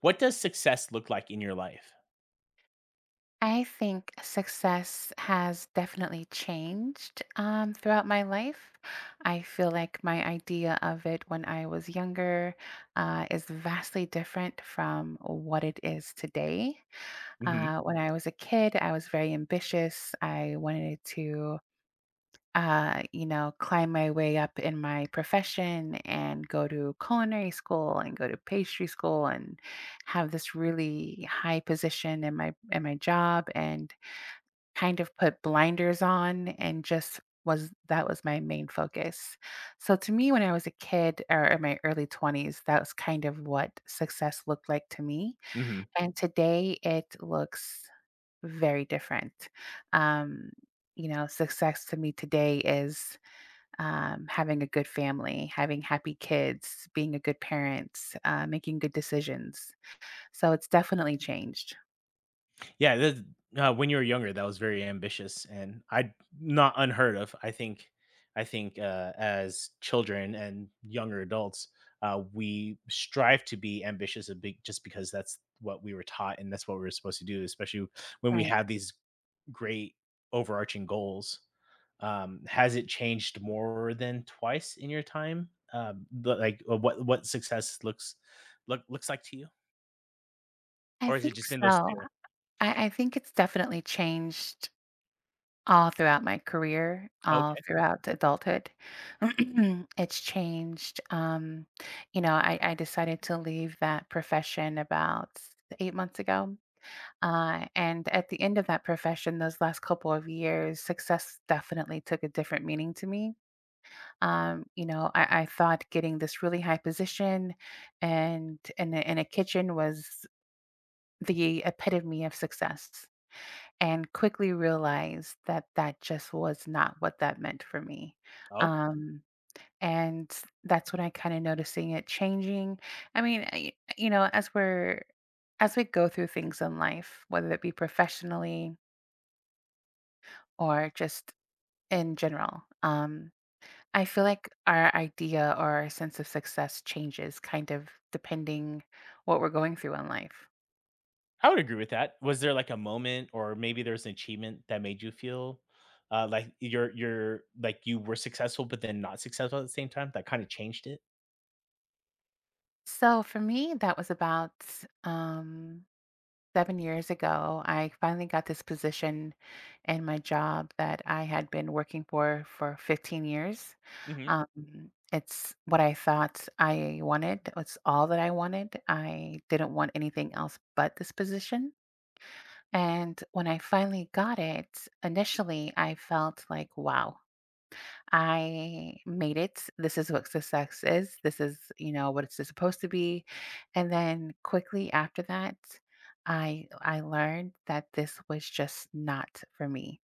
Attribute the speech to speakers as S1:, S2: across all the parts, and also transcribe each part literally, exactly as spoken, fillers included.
S1: What does success look like in your life?
S2: I think success has definitely changed um, throughout my life. I feel like my idea of it when I was younger uh, is vastly different from what it is today.
S1: Mhm,
S2: Uh, when I was a kid, I was very ambitious. I wanted to, uh, you know, climb my way up in my profession and go to culinary school and go to pastry school and have this really high position in my in my job and kind of put blinders on and just was that was my main focus. So to me, when I was a kid or in my early twenties, that was kind of what success looked like to me.
S1: mhm.
S2: And today it looks very different. Um, you know, Success to me today is um, having a good family, having happy kids, being a good parent, uh, making good decisions. So it's definitely changed.
S1: Yeah, th uh, when you were younger, that was very ambitious, and I not unheard of. I think I think, uh, as children and younger adults, uh, we strive to be ambitious a big just because that's what we were taught and that's what we were supposed to do, especially when we
S2: Right.
S1: have these great overarching goals. Um, has it changed more than twice in your time? Um, the like, uh, what what success looks look looks like to you?
S2: I
S1: Or has it
S2: think
S1: just been those
S2: so.
S1: two?
S2: I, I think it's definitely changed all throughout my career, all
S1: Okay.
S2: throughout adulthood, it's changed. Um, you know, I, I decided to leave that profession about eight months ago. Uh, and at the end of that profession, those last couple of years, success definitely took a different meaning to me. Um, you know, I, I thought getting this really high position and in a, in a kitchen was the epitome of success. And quickly realized that that just was not what that meant for me.
S1: Oh,
S2: Um, and that's when I kind of noticing it changing. I mean, I, you know, as we're as we go through things in life, whether it be professionally or just in general, um, I feel like our idea or our sense of success changes kind of depending what we're going through in life.
S1: I would agree with that. Was there, like, a moment or maybe there's an achievement that made you feel, uh, like you're you're like, you were successful, but then not successful at the same time that kinda changed it?
S2: So for me, that was about um, seven years ago, I finally got this position in my job that I had been working for for fifteen years.
S1: Mhm.
S2: Um, it's what I thought I wanted. It's all that I wanted. I didn't want anything else but this position. And when I finally got it, initially I felt like, wow, I made it. This is what success is. This is, you know, what it's supposed to be. And then quickly after that, I I learned that this was just not for me.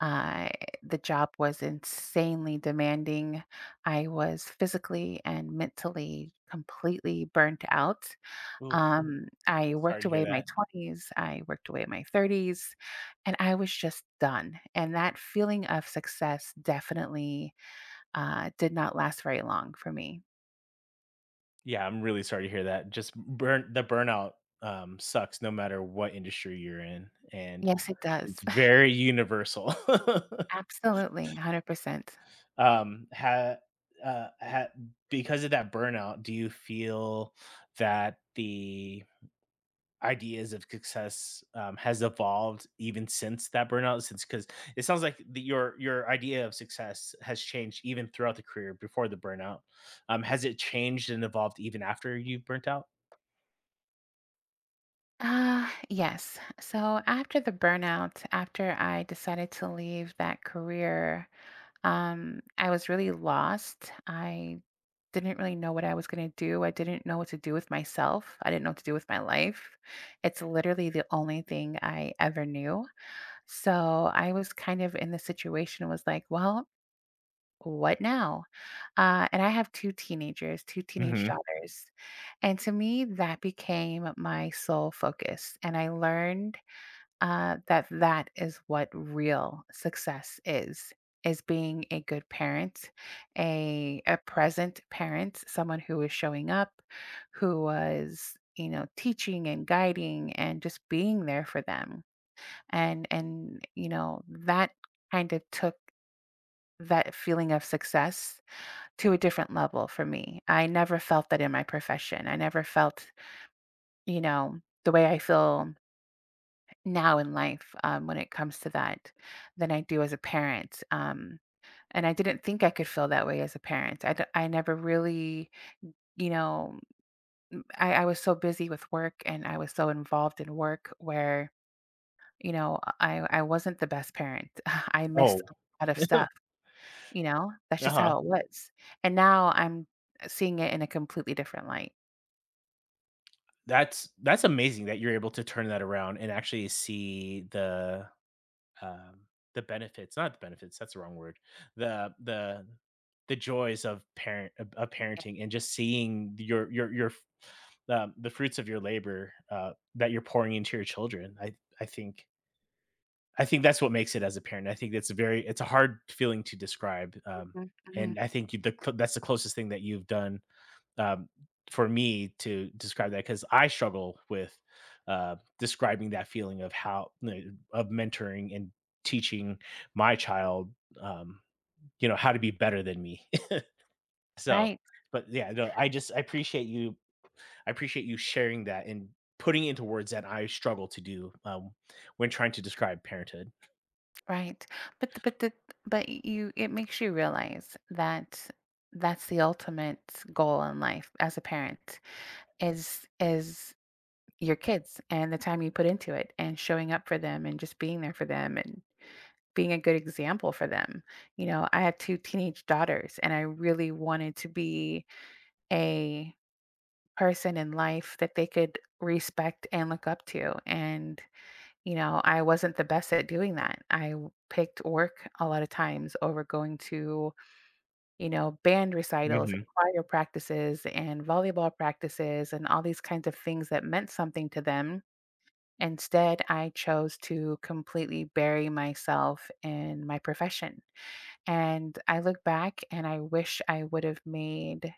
S2: I The job was insanely demanding. I was physically and mentally completely burnt out.
S1: Oof,
S2: Um, I
S1: sorry
S2: worked
S1: to hear
S2: away my
S1: that.
S2: twenties, I worked away my thirties, and I was just done. And that feeling of success definitely uh, did not last very long for me.
S1: Yeah, I'm really sorry to hear that. Just burn the burnout, um, sucks no matter what industry you're in, and
S2: Yes, it does.
S1: it's very universal.
S2: Absolutely, one hundred percent.
S1: Um, ha uh, ha because of that burnout, do you feel that the ideas of success um, has evolved even since that burnout, since because it sounds like the, your your idea of success has changed even throughout the career before the burnout, um, has it changed and evolved even after you burnt out?
S2: Uh, yes. So after the burnout, after I decided to leave that career, um, I was really lost. I didn't really know what I was going to do. I didn't know what to do with myself. I didn't know what to do with my life. It's literally the only thing I ever knew. So I was kind of in the situation was like, well, what now? Uh, and I have two teenagers, two teenage
S1: Hmm.
S2: daughters, and to me, that became my sole focus, and I learned uh, that that is what real success is, is being a good parent, a a present parent, someone who was showing up, who was, you know, teaching and guiding and just being there for them, and and, you know, that kind of took that feeling of success to a different level for me. I never felt that in my profession. I never felt, you know, the way I feel now in life, um, when it comes to that than I do as a parent, um, and I didn't think I could feel that way as a parent. I d I never really, you know I I was so busy with work, and I was so involved in work where, you know, I I wasn't the best parent. I missed a
S1: Oh.
S2: lot of stuff, you know? That's just
S1: Uh-huh.
S2: how it was, and now I'm seeing it in a completely different light.
S1: That's that's amazing that you're able to turn that around and actually see the um, the benefits, not the benefits, that's the wrong word. The the the joys of parent of of parenting and just seeing your your your f- um, the fruits of your labor uh, that you're pouring into your children. I I think I think that's what makes it as a parent. I think that's a very it's a hard feeling to describe, um,
S2: Mhm, mhm.
S1: and I think you, the cl- that's the closest thing that you've done, um, for me to describe that because I struggle with uh, describing that feeling of how you know, of mentoring and teaching my child, um, you know, how to be better than me. So,
S2: Right,
S1: but yeah, no, I just I appreciate you. I appreciate you sharing that and putting into words that I struggle to do um, when trying to describe parenthood.
S2: right. But the, but the, but you it makes you realize that that's the ultimate goal in life as a parent is is your kids and the time you put into it and showing up for them and just being there for them and being a good example for them. You know, I had two teenage daughters and I really wanted to be a person in life that they could respect and look up to and you know, I wasn't the best at doing that. I w- picked work a lot of times over going to, you know, band recitals
S1: Hmm.
S2: and choir practices and volleyball practices and all these kinds of things that meant something to them. Instead, I chose to completely bury myself in my profession. And I look back and I wish I would have made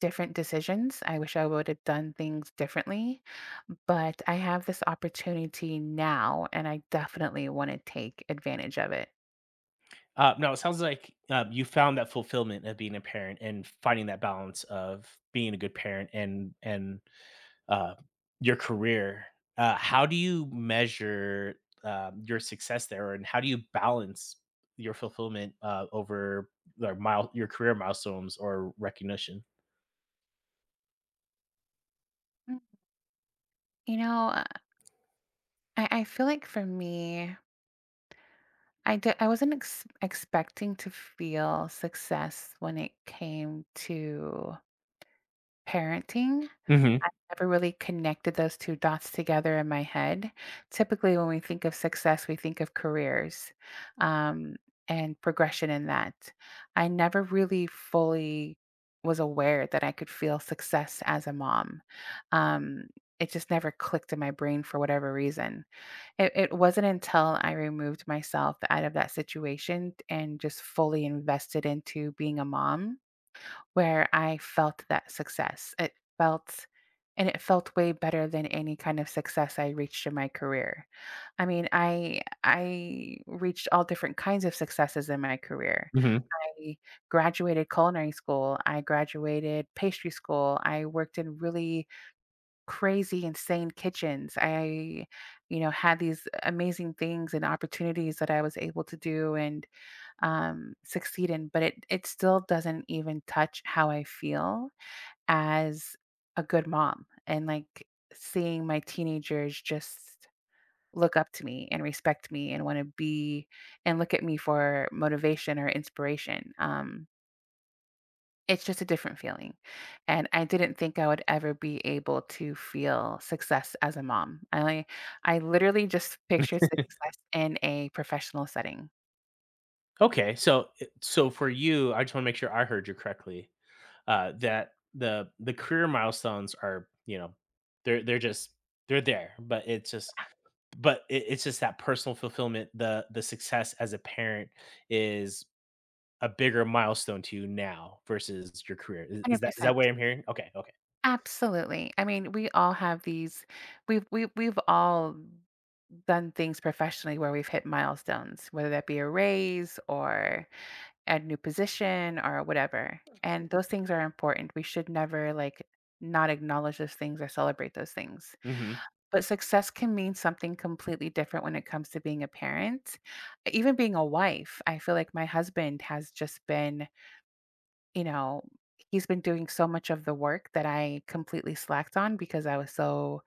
S2: different decisions. I wish I would have done things differently, but I have this opportunity now, and I definitely want to take advantage of it.
S1: Uh, no, it sounds like um, you found that fulfillment of being a parent and finding that balance of being a good parent and and uh, your career. Uh, how do you measure um, your success there, and how do you balance your fulfillment uh, over, like, mile your career milestones or recognition?
S2: Mm. You know, uh, I, I feel like for me, I, d- I wasn't ex- expecting to feel success when it came to parenting.
S1: Hmm.
S2: I never really connected those two dots together in my head. Typically, when we think of success, we think of careers, um, and progression in that. I never really fully was aware that I could feel success as a mom. Um, it just never clicked in my brain for whatever reason. It it wasn't until I removed myself out of that situation and just fully invested into being a mom where I felt that success. It felt and it felt way better than any kind of success I reached in my career. I mean, I I reached all different kinds of successes in my career.
S1: Hmm.
S2: I graduated culinary school, I graduated pastry school, I worked in really crazy insane kitchens. I you know, had these amazing things and opportunities that I was able to do and um succeed in, but it it still doesn't even touch how I feel as a good mom and like seeing my teenagers just look up to me and respect me and want to be and look at me for motivation or inspiration. Um, it's just a different feeling. And I didn't think I would ever be able to feel success as a mom. I like- I literally just pictured success in a professional setting.
S1: Okay, so eh, so for you, I just want to make sure I heard you correctly. Uh, that the the career milestones are, you know they're they're just they're there, but it's just but it, it's just that personal fulfillment. The the success as a parent is a bigger milestone to you now versus your career. Is, is that is that
S2: one hundred percent.
S1: what I'm hearing? Okay, okay.
S2: Absolutely. I mean, we all have these we've we we've all done things professionally where we've hit milestones, whether that be a raise or a new position or whatever. And those things are important. We should never like not acknowledge those things or celebrate those things.
S1: Mhm.
S2: But success can mean something completely different when it comes to being a parent, even being a wife. I feel like my husband has just been, you know, he's been doing so much of the work that I completely slacked on because I was so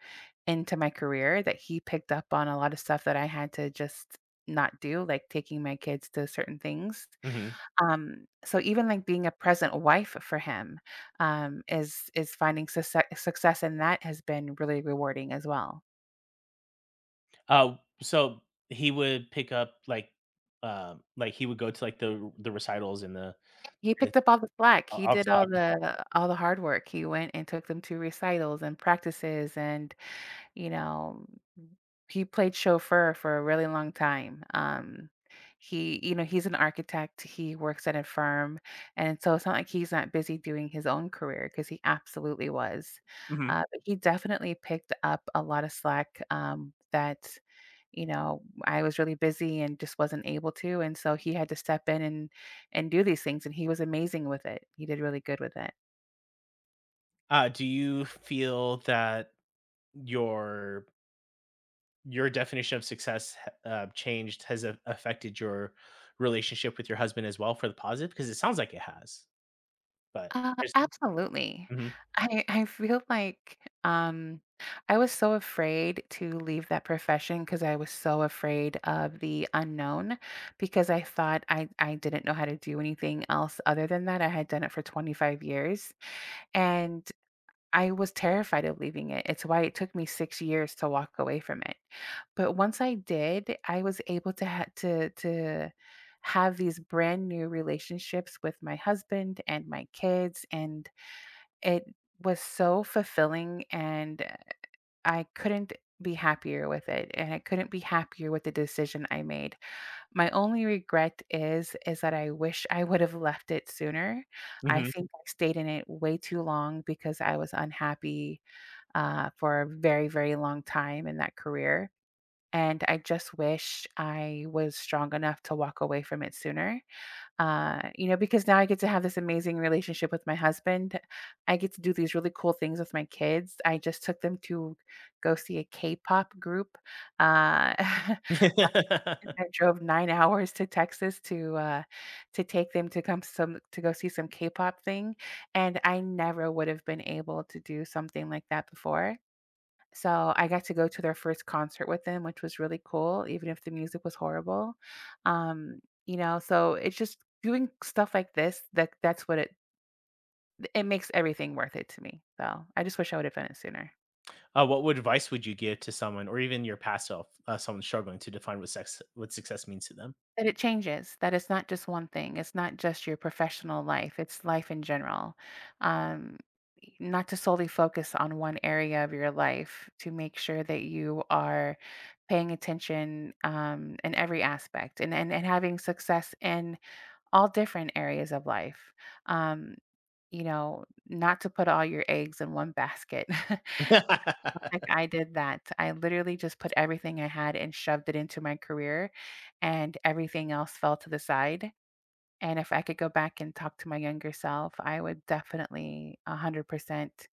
S2: into my career that he picked up on a lot of stuff that I had to just not do, like taking my kids to certain things.
S1: Mhm.
S2: Um, so even like being a present wife for him um, is is finding success, success in that has been really rewarding as well.
S1: Uh, so he would pick up like, um, like he would go to, like, the the recitals and the
S2: He
S1: and
S2: picked
S1: the
S2: up all the slack. He
S1: all the
S2: did
S1: slack.
S2: all
S1: Okay.
S2: the all the hard work. He went and took them to recitals and practices and you know, he played chauffeur for a really long time. Um, he, you know, he's an architect. He works at a firm, and so it's not like he's not busy doing his own career because he absolutely was. Uh,
S1: Mhm.
S2: but he definitely picked up a lot of slack um, that, you know, I was really busy and just wasn't able to, and so he had to step in and and do these things, and he was amazing with it. He did really good with it.
S1: Uh, do you feel that your your definition of success uh, changed has a- affected your relationship with your husband as well for the positive? Because it sounds like it has, but
S2: Uh,
S1: I just.
S2: absolutely.
S1: Mhm.
S2: I I feel like um I was so afraid to leave that profession because I was so afraid of the unknown because I thought I I didn't know how to do anything else other than that. I had done it for twenty-five years and I was terrified of leaving it. It's why it took me six years to walk away from it. But once I did, I was able to ha- to to have these brand new relationships with my husband and my kids and it was so fulfilling, and uh, I couldn't be happier with it, and I couldn't be happier with the decision I made. My only regret is is that I wish I would have left it sooner. I
S1: Mhm.
S2: think I stayed in it way too long because I was unhappy uh, for a very, very long time in that career. And I just wish I was strong enough to walk away from it sooner. Uh, you know, because now I get to have this amazing relationship with my husband. I get to do these really cool things with my kids. I just took them to go see a K-pop group. Uh, last week I drove nine hours to Texas to uh, to take them to come some to go see some K-pop thing, and I never would have been able to do something like that before. So I got to go to their first concert with them, which was really cool, even if the music was horrible. Um, you know, so it's just doing stuff like this that that's what it it makes everything worth it to me. So I just wish I would have done it sooner.
S1: Uh, what would advice would you give to someone, or even your past self, uh, someone struggling to define what sex, what success means to them?
S2: That it changes, that it's not just one thing. It's not just your professional life, it's life in general. Um not to solely focus on one area of your life to make sure that you are paying attention um, in every aspect and, and, and having success in all different areas of life. Um, you know, not to put all your eggs in one basket. 'Cause like I did that. I literally just put everything I had and shoved it into my career, and everything else fell to the side. And if I could go back and talk to my younger self, I would definitely one hundred percent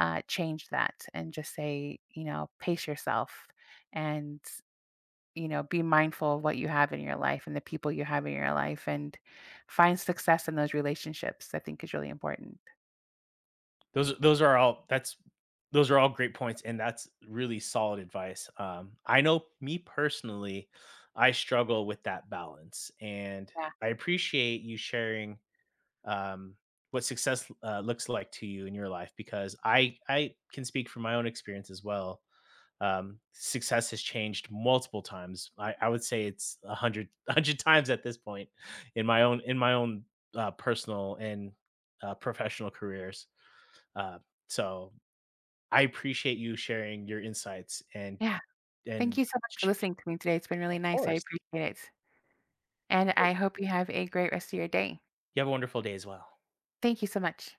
S2: uh, change that and just say, you know, pace yourself. And you know, be mindful of what you have in your life and the people you have in your life and find success in those relationships, I think is really important.
S1: those those are all that's those are all great points, and that's really solid advice. Um i know me personally, I struggle with that balance, and
S2: Yeah.
S1: I appreciate you sharing um, what success uh, looks like to you in your life, because i i can speak from my own experience as well. Um, success has changed multiple times. I, I would say it's a hundred a hundred times at this point in my own in my own uh, personal and uh, professional careers. uh, so I appreciate you sharing your insights, and
S2: Yeah. Thank
S1: and
S2: you so much for
S1: sh- of
S2: listening to me today. It's been really nice. I
S1: course,
S2: appreciate it. And
S1: uh,
S2: I hope you have a great rest of your day.
S1: you have a wonderful day as well.
S2: Thank you so much.